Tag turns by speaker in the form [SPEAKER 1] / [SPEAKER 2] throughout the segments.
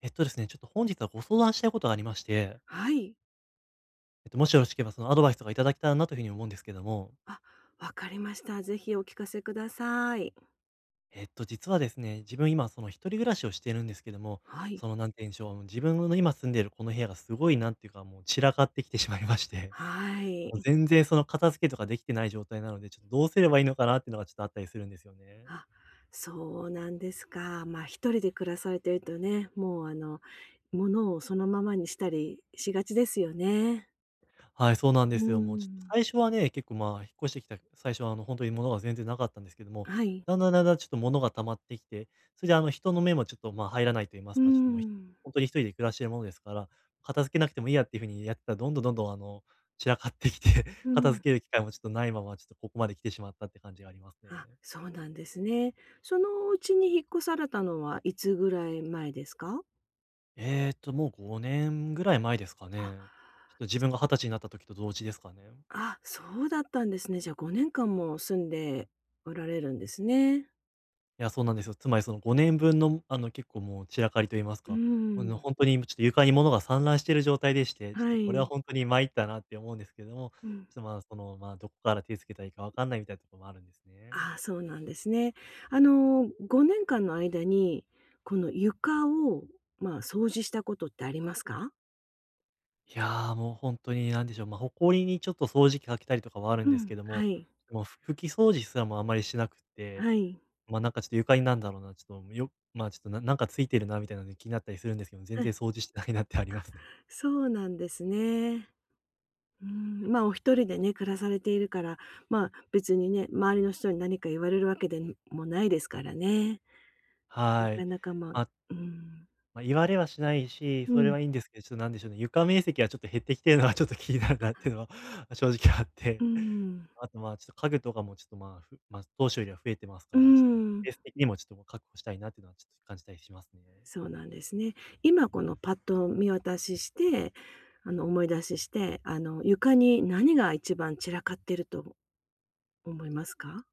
[SPEAKER 1] えっとですね、ちょっと本日はご相談したいことがありまして、
[SPEAKER 2] はい。
[SPEAKER 1] もしよろしければそのアドバイスとかいただけたらなというふうに思うんですけども、
[SPEAKER 2] あ、わかりました。ぜひお聞かせください。
[SPEAKER 1] 実はですね、自分今、その一人暮らしをしているんですけども、
[SPEAKER 2] はい。
[SPEAKER 1] その、なんて言うんでしょう、自分の今住んでいるこの部屋がすごい、なんていうか、もう散らかってきてしまいまして、
[SPEAKER 2] はい。
[SPEAKER 1] もう全然その片付けとかできてない状態なので、ちょっとどうすればいいのかなっていうのがちょっとあったりするんですよね。
[SPEAKER 2] あ、そうなんですか。まあ、一人で暮らされてるとね、もうあの、物をそのままにしたりしがちですよね。
[SPEAKER 1] はい、そうなんで
[SPEAKER 2] う
[SPEAKER 1] すよ。もうちょっと
[SPEAKER 2] ん。
[SPEAKER 1] 最初はね、結構まあ、引っ越してきた最初は本当に物が全然なかったんですけども、
[SPEAKER 2] はい。
[SPEAKER 1] だんだんだんだんちょっと物が溜まってきて、それで人の目もちょっとまあ、入らないと言います
[SPEAKER 2] う
[SPEAKER 1] か、ちょっともう、ひ
[SPEAKER 2] ん。
[SPEAKER 1] ほに一人で暮らしてるものですから、片付けなくてもいいやっていう風にやってたら、どんどんどんどん散らかってきて、
[SPEAKER 2] う
[SPEAKER 1] 片付
[SPEAKER 2] ん。
[SPEAKER 1] ける機会もちょっとないまま、ちょっとここまで来てしまったって感じがありますね。
[SPEAKER 2] あ、そうなんですね。そのうちに引っ越されたのはいつぐらい前ですか？
[SPEAKER 1] もう5年ぐらい前ですか
[SPEAKER 2] あ、
[SPEAKER 1] ね。ちょっと自分が20歳になった時と同時ですかね。
[SPEAKER 2] あ、そうだったんですね。じゃあ5年間も住んでおられるんですね。
[SPEAKER 1] いや、そうなんですよ。つまりその5年分の、結構もう散らかりと言います
[SPEAKER 2] うー
[SPEAKER 1] か、
[SPEAKER 2] ん、
[SPEAKER 1] ほんとにちょっと床に物が散乱している状態でして、ちょっ
[SPEAKER 2] は
[SPEAKER 1] とこれは
[SPEAKER 2] い。
[SPEAKER 1] ほんとに参ったなって思うんですけども、
[SPEAKER 2] うん。
[SPEAKER 1] ちょっと、まあ、その、まあ、どこから手つけたらいいかわかんないみたいなとこもあるんですね。
[SPEAKER 2] ああ、そうなんですね。あの、5年間の間に、この床を、まあ、掃除したことってありますか？
[SPEAKER 1] いや、もうほんとになんでしょう、ま、埃にちょっと掃除機かけたりとかはあるん
[SPEAKER 2] う
[SPEAKER 1] です
[SPEAKER 2] ん、
[SPEAKER 1] けど
[SPEAKER 2] は
[SPEAKER 1] も、
[SPEAKER 2] い。
[SPEAKER 1] もう拭き掃除すらもあんまりしなくって、
[SPEAKER 2] はい。
[SPEAKER 1] ま、なんかちょっと床になんだろうな、ちょっとよまあ、ちょっとなんかついてるなみたいなので気になったりするんですけど、全
[SPEAKER 2] はい、
[SPEAKER 1] 然掃除してないなってありますね。
[SPEAKER 2] そうなんですね。うん、まあ、お一人でね、暮らされているから、まあ、別にね、周りの人に何か言われるわけでもないですからね。な
[SPEAKER 1] はい。
[SPEAKER 2] かなか、まあ、
[SPEAKER 1] まあ
[SPEAKER 2] うん。
[SPEAKER 1] 言われはしないし、
[SPEAKER 2] う
[SPEAKER 1] それ
[SPEAKER 2] ん、
[SPEAKER 1] はいいんですけど、ちょっとなんでしょうね、床面積がちょっと減ってきてるのはちょっと気になるなっていうのは、ま、正直あっ
[SPEAKER 2] う
[SPEAKER 1] て。
[SPEAKER 2] ん。
[SPEAKER 1] あと、まあ、ちょっと家具とかもちょっと、まあ、当初よりは増えてます
[SPEAKER 2] う
[SPEAKER 1] から、ちょっとス
[SPEAKER 2] ん。
[SPEAKER 1] ペース的にもちょっと、ま、確保したいなっていうのはちょっと感じたりしますね。
[SPEAKER 2] そうなんですね。今このパッと見渡しして、あの、思い出しして、あの、床に何が一番散らかってると思いますか？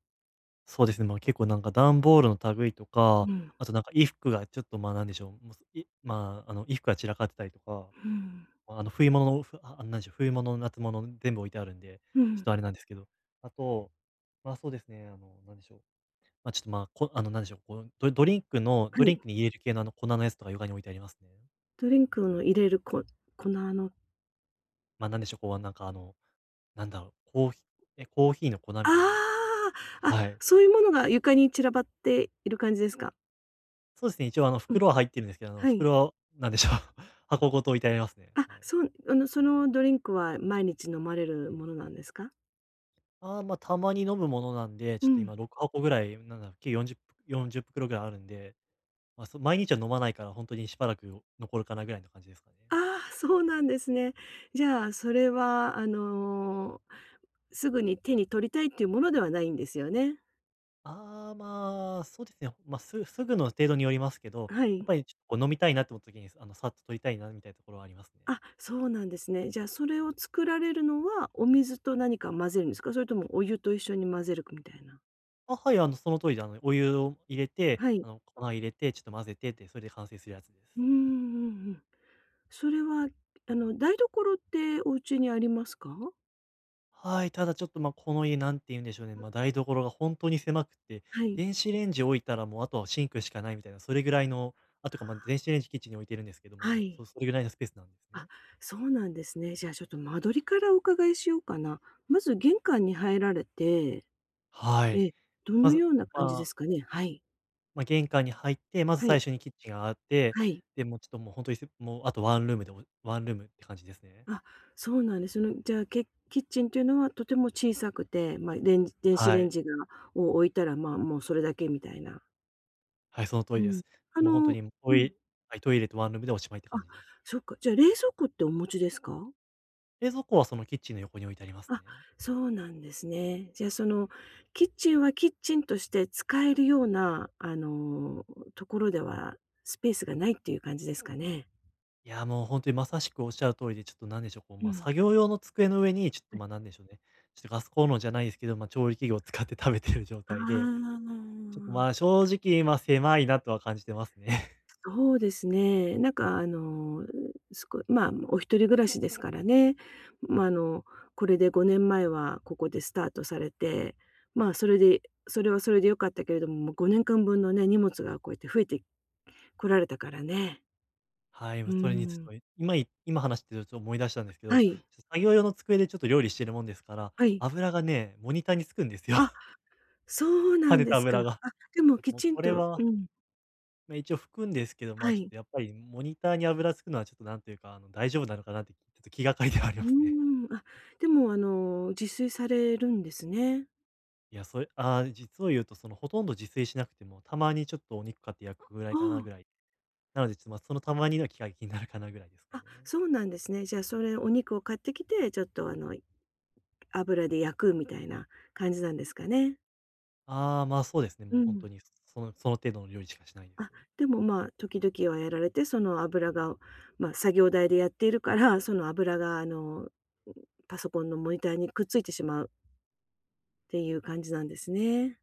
[SPEAKER 1] そうですね、ま、結構なんか段ボールの類とか、
[SPEAKER 2] うん。
[SPEAKER 1] あとなんか衣服がちょっと、ま、なんでしょう、もすいまあ、あの、衣服が散らかってたりとか、
[SPEAKER 2] うん。
[SPEAKER 1] ま、冬物のなんでしょう、冬物、夏物全部置いてあるんで、
[SPEAKER 2] う
[SPEAKER 1] ちょっ
[SPEAKER 2] ん。
[SPEAKER 1] とあれなんですけど。あと、ま、そうですね、なんでしょう。まあ、ちょっと、まあ、こあの、なんでしょう、こう、ドドリンクの
[SPEAKER 2] は
[SPEAKER 1] ドリ
[SPEAKER 2] い。
[SPEAKER 1] ンクに入れる系の、粉のやつとか床に置いてありますね。
[SPEAKER 2] ドリンクの入れるこ粉の
[SPEAKER 1] まあ、なんでしょう、こう、なんか、なんだろう、コーヒーの粉みたいな。
[SPEAKER 2] ああ、あ、
[SPEAKER 1] はい。
[SPEAKER 2] そういうものが床に散らばっている感じですか？
[SPEAKER 1] そうですね、一応、
[SPEAKER 2] うん、
[SPEAKER 1] 袋は入ってるんですけど、
[SPEAKER 2] はい。
[SPEAKER 1] 袋は、なんでしょう、箱ごと置いてありますね。
[SPEAKER 2] あ、
[SPEAKER 1] はい。
[SPEAKER 2] そう、あの、そのドリンクは毎日飲まれるものなんですか？
[SPEAKER 1] ああ、まあ、たまに飲むものなんで、ち
[SPEAKER 2] う
[SPEAKER 1] ょっと
[SPEAKER 2] ん。
[SPEAKER 1] 今6箱ぐらい、なんだろう、計4040袋ぐらいあるんで、まあ、毎日は飲まないから、本当にしばらく残るかなぐらいの感じですかね。
[SPEAKER 2] ああ、そうなんですね。じゃあ、それはあの、すぐに手に取りたいっていうものではないんですよね？
[SPEAKER 1] ああ、まあ、そうですね。まあ、すぐの程度によりますけど、
[SPEAKER 2] は
[SPEAKER 1] やっ
[SPEAKER 2] い。
[SPEAKER 1] ぱりちょっとこう飲みたいなって思った時に、さっと取りたいなみたいなところはありますね。
[SPEAKER 2] あ、そうなんですね。じゃあ、それを作られるのは、お水と何か混ぜるんですか？それともお湯と一緒に混ぜるみたいな。
[SPEAKER 1] あ、はい、その通りで、お湯を入れて、
[SPEAKER 2] はい。
[SPEAKER 1] 粉入れて、ちょっと混ぜてって、それで完成するやつです。
[SPEAKER 2] うんうんうん。それは、あの、台所ってお家にありますか？
[SPEAKER 1] はい、ただちょっと、まあ、この家なんて言うんでしょうね、まあ、台所が本当に狭くて、
[SPEAKER 2] はい。
[SPEAKER 1] 電子レンジ置いたらもうあとはシンクしかないみたいな、それぐらいの、とか、まあ、電子レンジキッチンに置いてるんですけど、ま
[SPEAKER 2] は
[SPEAKER 1] あ、そ
[SPEAKER 2] い。
[SPEAKER 1] それぐらいのスペースなんですね。
[SPEAKER 2] あ、そうなんですね。じゃあ、ちょっと間取りからお伺いしようかな。まず玄関に入られて、
[SPEAKER 1] は
[SPEAKER 2] え
[SPEAKER 1] い。
[SPEAKER 2] え、ど
[SPEAKER 1] ま
[SPEAKER 2] の
[SPEAKER 1] ず
[SPEAKER 2] ような感じ
[SPEAKER 1] ま
[SPEAKER 2] で
[SPEAKER 1] あ
[SPEAKER 2] すかね？はい。
[SPEAKER 1] 玄関に入って、まず
[SPEAKER 2] は
[SPEAKER 1] 最
[SPEAKER 2] い。
[SPEAKER 1] 初にキッチンがあって、
[SPEAKER 2] はい。
[SPEAKER 1] で、もうちょっと本当に、もうあとワンルームでワンルームって感じですね。
[SPEAKER 2] あ、そうなんです。その、じゃあ、キッチンというのはとても小さくて、まあ、レンジ電子
[SPEAKER 1] は
[SPEAKER 2] レン
[SPEAKER 1] い。
[SPEAKER 2] ジを置いたら、まあ、もうそれだけみたいな。
[SPEAKER 1] はい、その通り
[SPEAKER 2] う
[SPEAKER 1] で
[SPEAKER 2] ん。
[SPEAKER 1] す。
[SPEAKER 2] あ
[SPEAKER 1] もう本当
[SPEAKER 2] の、
[SPEAKER 1] にト
[SPEAKER 2] う
[SPEAKER 1] イ
[SPEAKER 2] ん。
[SPEAKER 1] レはい、トイレとワンルームでおしまいって
[SPEAKER 2] あ、
[SPEAKER 1] 感じです。
[SPEAKER 2] そっか。じゃあ、冷蔵庫ってお持ちですか？
[SPEAKER 1] 冷蔵庫はそのキッチンの横に置いてあります
[SPEAKER 2] あ、
[SPEAKER 1] ね。
[SPEAKER 2] そうなんですね。じゃあ、その、キッチンはキッチンとして使えるような、あの、ところでは、スペースがないっていう感じですかね？
[SPEAKER 1] いや、もう本当にまさしくおっしゃる通りで、ちょっとなんでしょう、こう、
[SPEAKER 2] う
[SPEAKER 1] まあ、
[SPEAKER 2] ん。
[SPEAKER 1] 作業用の机の上に、ちょっと、ま、なんでしょうね、ちょっとガスコンロじゃないですけど、まあ、調理器具を使って食べてる状態で、
[SPEAKER 2] あ
[SPEAKER 1] ちょっと、ま、
[SPEAKER 2] あ。
[SPEAKER 1] 正直、ま、狭いなとは感じてますね。
[SPEAKER 2] そうですね。なんかあの、まあ、お一人暮らしですからね。まあ、あの、これで5年前はここでスタートされて、まあ、それでそれはそれで良かったけれども、もう5年間分のね、荷物がこうやって増えてこられたからね。
[SPEAKER 1] はい、も
[SPEAKER 2] う
[SPEAKER 1] うそれにちょっ
[SPEAKER 2] ん。
[SPEAKER 1] と、今話してると思い出したんですけど、ち
[SPEAKER 2] は
[SPEAKER 1] ょ
[SPEAKER 2] い、
[SPEAKER 1] っと作業用の机でちょっと料理してるもんですから、
[SPEAKER 2] はい。
[SPEAKER 1] 油がね、モニターにつくんですよ。
[SPEAKER 2] あ、そう
[SPEAKER 1] 跳
[SPEAKER 2] なん
[SPEAKER 1] ね
[SPEAKER 2] で
[SPEAKER 1] た
[SPEAKER 2] すか。
[SPEAKER 1] 油が。
[SPEAKER 2] あ、でもき
[SPEAKER 1] もう
[SPEAKER 2] ちん
[SPEAKER 1] これ
[SPEAKER 2] とう
[SPEAKER 1] は、
[SPEAKER 2] ん、
[SPEAKER 1] まあ、一応拭くんですけど、ま
[SPEAKER 2] は
[SPEAKER 1] あ、ちょっ
[SPEAKER 2] い。
[SPEAKER 1] とやっぱりモニターに油つくのはちょっとなんというか、大丈夫なのかなって、ちょっと気がかりではありま
[SPEAKER 2] う
[SPEAKER 1] すね。
[SPEAKER 2] ーん、あ、でもあの、自炊されるんですね。
[SPEAKER 1] いや、それ実を言うとそのほとんど自炊しなくても、たまにちょっとお肉買って焼くぐら
[SPEAKER 2] あ
[SPEAKER 1] いかな
[SPEAKER 2] あ。
[SPEAKER 1] ぐらい。なので、ちょっと、ま、そのたまにの気が気になるかなぐらいですかね。
[SPEAKER 2] あ、そうなんですね。じゃあ、それお肉を買ってきて、ちょっとあの、油で焼くみたいな感じなんですかね。
[SPEAKER 1] ああ、まあ、そうですね、
[SPEAKER 2] う
[SPEAKER 1] もう本当
[SPEAKER 2] ん。
[SPEAKER 1] にその程度の料理しかしないです。
[SPEAKER 2] あ、でも、まあ、時々はやられて、その油が、まあ、作業台でやっているから、その油があの、パソコンのモニターにくっついてしまうっていう感じなんですね。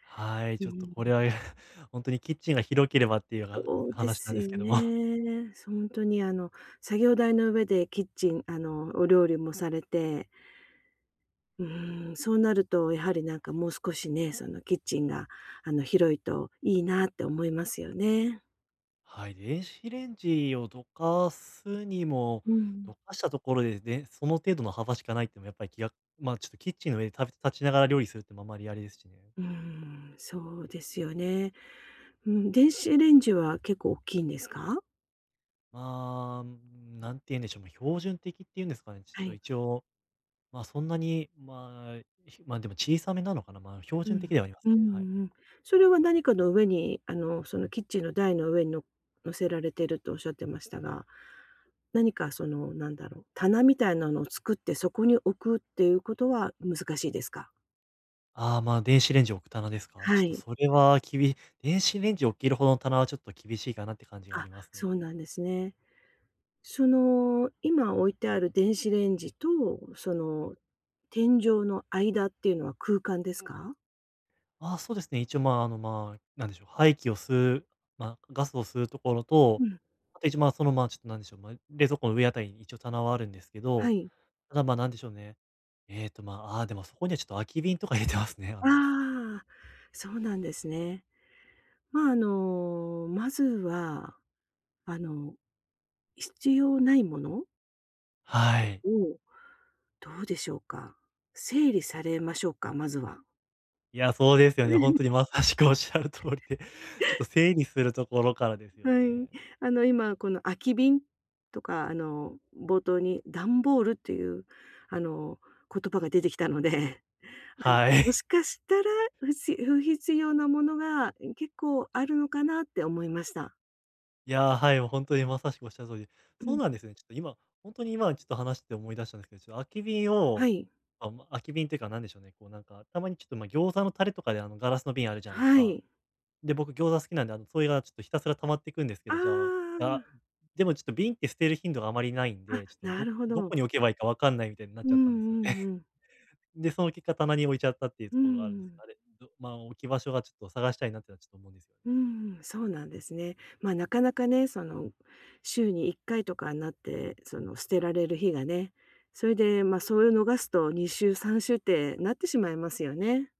[SPEAKER 1] はい、
[SPEAKER 2] う
[SPEAKER 1] ちょっと
[SPEAKER 2] ん、
[SPEAKER 1] これは 本当にキッチンが広ければっていうは
[SPEAKER 2] そうで
[SPEAKER 1] 話なん
[SPEAKER 2] す
[SPEAKER 1] です
[SPEAKER 2] よ
[SPEAKER 1] けども。
[SPEAKER 2] ね。本当にあの、作業台の上でキッチンあの、お料理もされて、うーん、そうなると、やはりなんかもう少しね、そのキッチンがあの広いといいなって思いますよね。
[SPEAKER 1] はい、電子レンジをどかすにも、
[SPEAKER 2] う
[SPEAKER 1] ど
[SPEAKER 2] ん。
[SPEAKER 1] かしたところで、で、その程度の幅しかないってもやっぱり気がまあ、ちょっとキッチンの上で食べ立ちながら料理するってもあんまりあれですしね。
[SPEAKER 2] うーん、そうですよね。うん、電子レンジは結構大きいんですか？
[SPEAKER 1] まあ、なんて言うんでしょう、ま、標準的っていうんですかね、ちょっ
[SPEAKER 2] は
[SPEAKER 1] と
[SPEAKER 2] い。
[SPEAKER 1] 一応、ま、そんなに、まあ、でも小さめなのかな、まあ、標
[SPEAKER 2] う
[SPEAKER 1] 準的
[SPEAKER 2] ん。
[SPEAKER 1] ではあります
[SPEAKER 2] うんう
[SPEAKER 1] ね、はい。
[SPEAKER 2] ん。それは何かの上に、あの、そのキッチンの台の上に乗せられてるとおっしゃってましたが、何かそのなんだろう、棚みたいなのを作ってそこに置くっていうことは難しいですか？
[SPEAKER 1] ああ、まあ、電子レンジ置く棚ですか。ちょ
[SPEAKER 2] は
[SPEAKER 1] っと
[SPEAKER 2] い。
[SPEAKER 1] それは電子レンジ置けるほどの棚はちょっと厳しいかなって感じがあり
[SPEAKER 2] あ、
[SPEAKER 1] ますね。
[SPEAKER 2] そうなんですね。その、今置いてある電子レンジと、その、天井の間っていうのは空間ですか？
[SPEAKER 1] ああ、そうですね。一応、まあ、まあ、なんでしょう、排気を吸う、まあ、ガスを吸うところと、
[SPEAKER 2] うん、
[SPEAKER 1] あと一応、まあ、その、まあ、ちょっとなんでしょう、まあ、冷蔵庫の上あたりに一応棚はあるんですけ
[SPEAKER 2] は
[SPEAKER 1] ど、
[SPEAKER 2] い。
[SPEAKER 1] ただ、ま、なんでしょうね。でもそこにはちょっと空き瓶とか入れてますね。
[SPEAKER 2] ああ、そうなんですね。まあ、あの、まずは、あの、必要ないもの
[SPEAKER 1] はい。
[SPEAKER 2] を、どうでしょうか、整理されましょうか、まずは。
[SPEAKER 1] いや、そうですよね。本当にまさしくおっしゃる通りで、ちょっと整理するところからですよ
[SPEAKER 2] はい。
[SPEAKER 1] ね。
[SPEAKER 2] あの、今、この空き瓶とか、あの、冒頭に段ボールっていう、あの、言葉が出てきたので、あの、
[SPEAKER 1] は
[SPEAKER 2] も
[SPEAKER 1] い。
[SPEAKER 2] しかしたら、不必要なものが結構あるのかなって思いました。
[SPEAKER 1] いやー、はい、もう本当にまさしくおっしゃる通りで、
[SPEAKER 2] う
[SPEAKER 1] そう
[SPEAKER 2] ん。
[SPEAKER 1] なんですね。ちょっと今、本当に今ちょっと話して思い出したんですけど、ちょっと空き瓶
[SPEAKER 2] は
[SPEAKER 1] を、
[SPEAKER 2] い。
[SPEAKER 1] あ、空き瓶というかなんでしょうね、こうなんか、たまにちょっと、餃子のタレとかであのガラスの瓶あるじゃないです
[SPEAKER 2] は
[SPEAKER 1] か。
[SPEAKER 2] い。
[SPEAKER 1] で、僕餃子好きなんで、それがちょっとひたすら溜まっていくんですけ
[SPEAKER 2] あ
[SPEAKER 1] ど、じゃあ、
[SPEAKER 2] あ、
[SPEAKER 1] あ、でもちょっと瓶って捨てる頻度があまりないん
[SPEAKER 2] あ、
[SPEAKER 1] で、ちょっと
[SPEAKER 2] な
[SPEAKER 1] ど
[SPEAKER 2] るほ
[SPEAKER 1] ど
[SPEAKER 2] ど。
[SPEAKER 1] こに置けばいいかわかんないみたいになっ
[SPEAKER 2] う
[SPEAKER 1] ち
[SPEAKER 2] ん
[SPEAKER 1] ゃ
[SPEAKER 2] う
[SPEAKER 1] ったんですよね。
[SPEAKER 2] んう ん。
[SPEAKER 1] で、その結果棚に置いちゃったっていう
[SPEAKER 2] う
[SPEAKER 1] ところがあるんです
[SPEAKER 2] ん。
[SPEAKER 1] が、あれ、まあ、置き場所がちょっと探したいなってのはちょっと思うんですよね。
[SPEAKER 2] うん、そうなんですね。まあ、なかなかね、その、週に1回とかになって、その、捨てられる日がね、それで、ま、そういう逃すと2週、3週ってなってしまいますよね。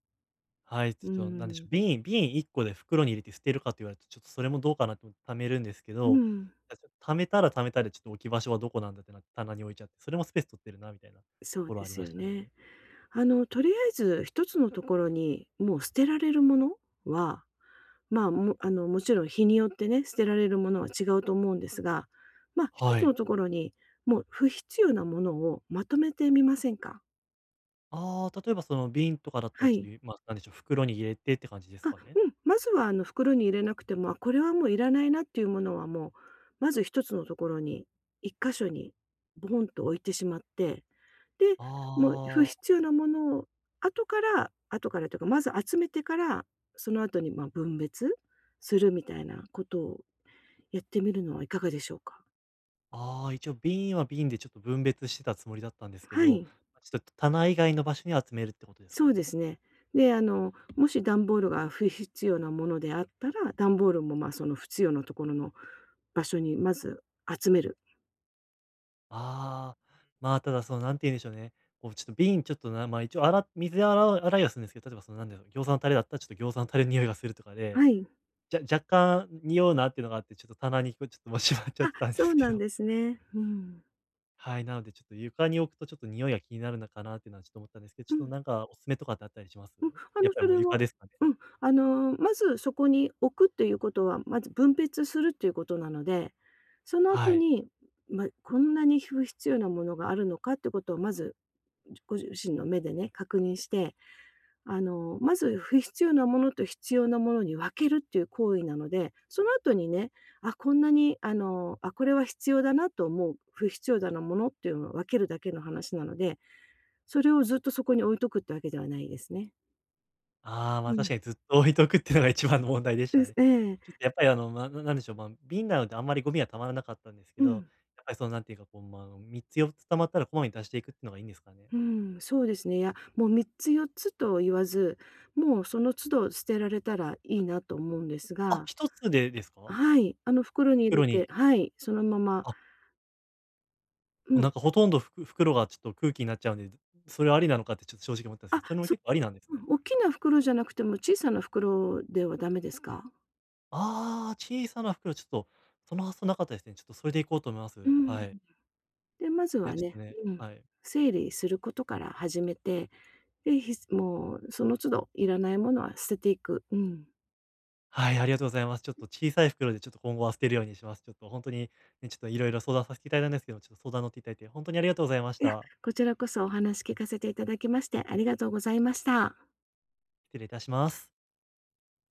[SPEAKER 1] はい、ち
[SPEAKER 2] う
[SPEAKER 1] ょっとなんでしょう、
[SPEAKER 2] ん。
[SPEAKER 1] 瓶1個で袋に入れて捨てるかと言われると、ちょっとそれもどうかなと思って貯めるんですけ
[SPEAKER 2] う
[SPEAKER 1] ど、
[SPEAKER 2] ん、
[SPEAKER 1] あ、貯めたら貯めたでちょっと置き場所はどこなんだってなって棚に置いちゃって、それもスペース取ってるなみたいなと
[SPEAKER 2] そう
[SPEAKER 1] ころ
[SPEAKER 2] で
[SPEAKER 1] あり
[SPEAKER 2] す
[SPEAKER 1] ま
[SPEAKER 2] よ
[SPEAKER 1] したね。
[SPEAKER 2] ね。あの、とりあえず一つのところに、もう捨てられるものは、まあ、もあの、もちろん日によってね、捨てられるものは違うと思うんですが、ま、一
[SPEAKER 1] は
[SPEAKER 2] つ
[SPEAKER 1] い。
[SPEAKER 2] のところに、もう不必要なものをまとめてみませんか？
[SPEAKER 1] ああ、例えばその瓶とかだったら
[SPEAKER 2] は
[SPEAKER 1] ち
[SPEAKER 2] い。
[SPEAKER 1] ょっと、まあなんでしょう、袋に入れてって感じです
[SPEAKER 2] あ、
[SPEAKER 1] かね？
[SPEAKER 2] うん、まずはあの袋に入れなくても、あ、これはもういらないなっていうものはもう、まず一つのところに、一箇所にボンと置いてしまって、で、もう不
[SPEAKER 1] あ
[SPEAKER 2] 必要なものを後から後からというか、まず集めてから、その後に、ま、分別するみたいなことをやってみるのはいかがでしょうか？
[SPEAKER 1] あ、ああ、一応瓶は瓶でちょっと分別してたつもりだったんですけ
[SPEAKER 2] は
[SPEAKER 1] ど、
[SPEAKER 2] い、
[SPEAKER 1] まちょっと棚以外の場所に集めるってことです
[SPEAKER 2] そ
[SPEAKER 1] か
[SPEAKER 2] うで
[SPEAKER 1] ね？
[SPEAKER 2] すね。で、あの、もし段ボールが不必要なものであったら、段ボールも、ま、その不必要なところの場所にまず集める。
[SPEAKER 1] ああ、まあ、ただそのなんて言うんでしょうね、こうちょっと瓶ちょっとまあ、一応あら水で洗いはするんですけど、例えばそのなんだろう、餃子のタレだったらちょっと餃子のタレの匂いがするとかで、
[SPEAKER 2] はい。
[SPEAKER 1] じゃ若干匂うなっていうのがあって、ちょっと棚にこうちょっともうしまっちゃっ
[SPEAKER 2] あ、
[SPEAKER 1] てたんで
[SPEAKER 2] そ
[SPEAKER 1] す
[SPEAKER 2] う
[SPEAKER 1] け
[SPEAKER 2] なん
[SPEAKER 1] ど。
[SPEAKER 2] で すね。うん。
[SPEAKER 1] はい、なのでちょっと床に置くとちょっと匂いが気になるのかなっていうのはちょっと思ったんですけど、ちょ
[SPEAKER 2] う
[SPEAKER 1] っと
[SPEAKER 2] ん。
[SPEAKER 1] なんかおすすめとかってあったりします？
[SPEAKER 2] うん、あ
[SPEAKER 1] やっ
[SPEAKER 2] の、
[SPEAKER 1] ぱ
[SPEAKER 2] そ
[SPEAKER 1] りもう
[SPEAKER 2] れは
[SPEAKER 1] 床ですかね。
[SPEAKER 2] うん、あの、まずそこに置くっていうことは、まず分別するっていうことなので、その
[SPEAKER 1] は
[SPEAKER 2] 後
[SPEAKER 1] い。
[SPEAKER 2] に、ま、こんなに不必要なものがあるのかってことをまず、ご自身の目でね、確認して、あの、まず不必要なものと必要なものに分けるっていう行為なので、その後にね、あ、こんなに、あの、あ、これは必要だなと思う、不必要だなものっていうのを分けるだけの話なので、それをずっとそこに置いとくってわけではないですね。
[SPEAKER 1] ああ、ま、
[SPEAKER 2] う
[SPEAKER 1] 確
[SPEAKER 2] ん。
[SPEAKER 1] かにずっと置いとくっていうのが一番の問題でした
[SPEAKER 2] です。
[SPEAKER 1] ね。
[SPEAKER 2] ええ。
[SPEAKER 1] ちょっとやっぱりあの、まあ、なんでしょう、まあ、瓶なのであんまりゴミは溜まらなかったんですけ
[SPEAKER 2] う
[SPEAKER 1] ど、
[SPEAKER 2] ん。
[SPEAKER 1] やっぱりそのなんていうか、こう、まあ、3つ4つ溜まったらこまめに出していくっていうのがいいんですかね？
[SPEAKER 2] うん、そうですね。いや、もう3つ4つと言わず、もうその都度捨てられたらいいなと思うんです
[SPEAKER 1] あ、
[SPEAKER 2] が、
[SPEAKER 1] 1つでですか？
[SPEAKER 2] はい、あの袋に入
[SPEAKER 1] 袋
[SPEAKER 2] れて、
[SPEAKER 1] に。
[SPEAKER 2] はい、そのまま、
[SPEAKER 1] あ、
[SPEAKER 2] う
[SPEAKER 1] もう
[SPEAKER 2] ん。
[SPEAKER 1] なんかほとんど袋がちょっと空気になっちゃうんで、それありなのかってちょっと正直思ったんですけ
[SPEAKER 2] あ、
[SPEAKER 1] ど、それも
[SPEAKER 2] そ
[SPEAKER 1] 結構ありなんです
[SPEAKER 2] う、
[SPEAKER 1] ね。
[SPEAKER 2] うん、大きな袋じゃなくても小さな袋ではダメですか？
[SPEAKER 1] ああ、小さな袋、ちょっとその発想なかったですね。ちょっとそれでいこうと思いま
[SPEAKER 2] う
[SPEAKER 1] す。は
[SPEAKER 2] ん。
[SPEAKER 1] い。
[SPEAKER 2] で、まず
[SPEAKER 1] いや、
[SPEAKER 2] は
[SPEAKER 1] ちょっと
[SPEAKER 2] ね、
[SPEAKER 1] ね
[SPEAKER 2] うん、
[SPEAKER 1] はい。
[SPEAKER 2] 整理することから始めて、で、もうその都度いらないものは捨てていく。うん。
[SPEAKER 1] はい、ありがとうございます。ちょっと小さい袋でちょっと今後は捨てるようにします。ちょっと本当に、ね、ちょっと色々相談させていただいたんですけど、ちょっと相談乗っていただいて、本当にありがとうございまし
[SPEAKER 2] いや、
[SPEAKER 1] た。
[SPEAKER 2] こちらこそお話聞かせていただきましてありがとうございました。
[SPEAKER 1] 失礼いたします。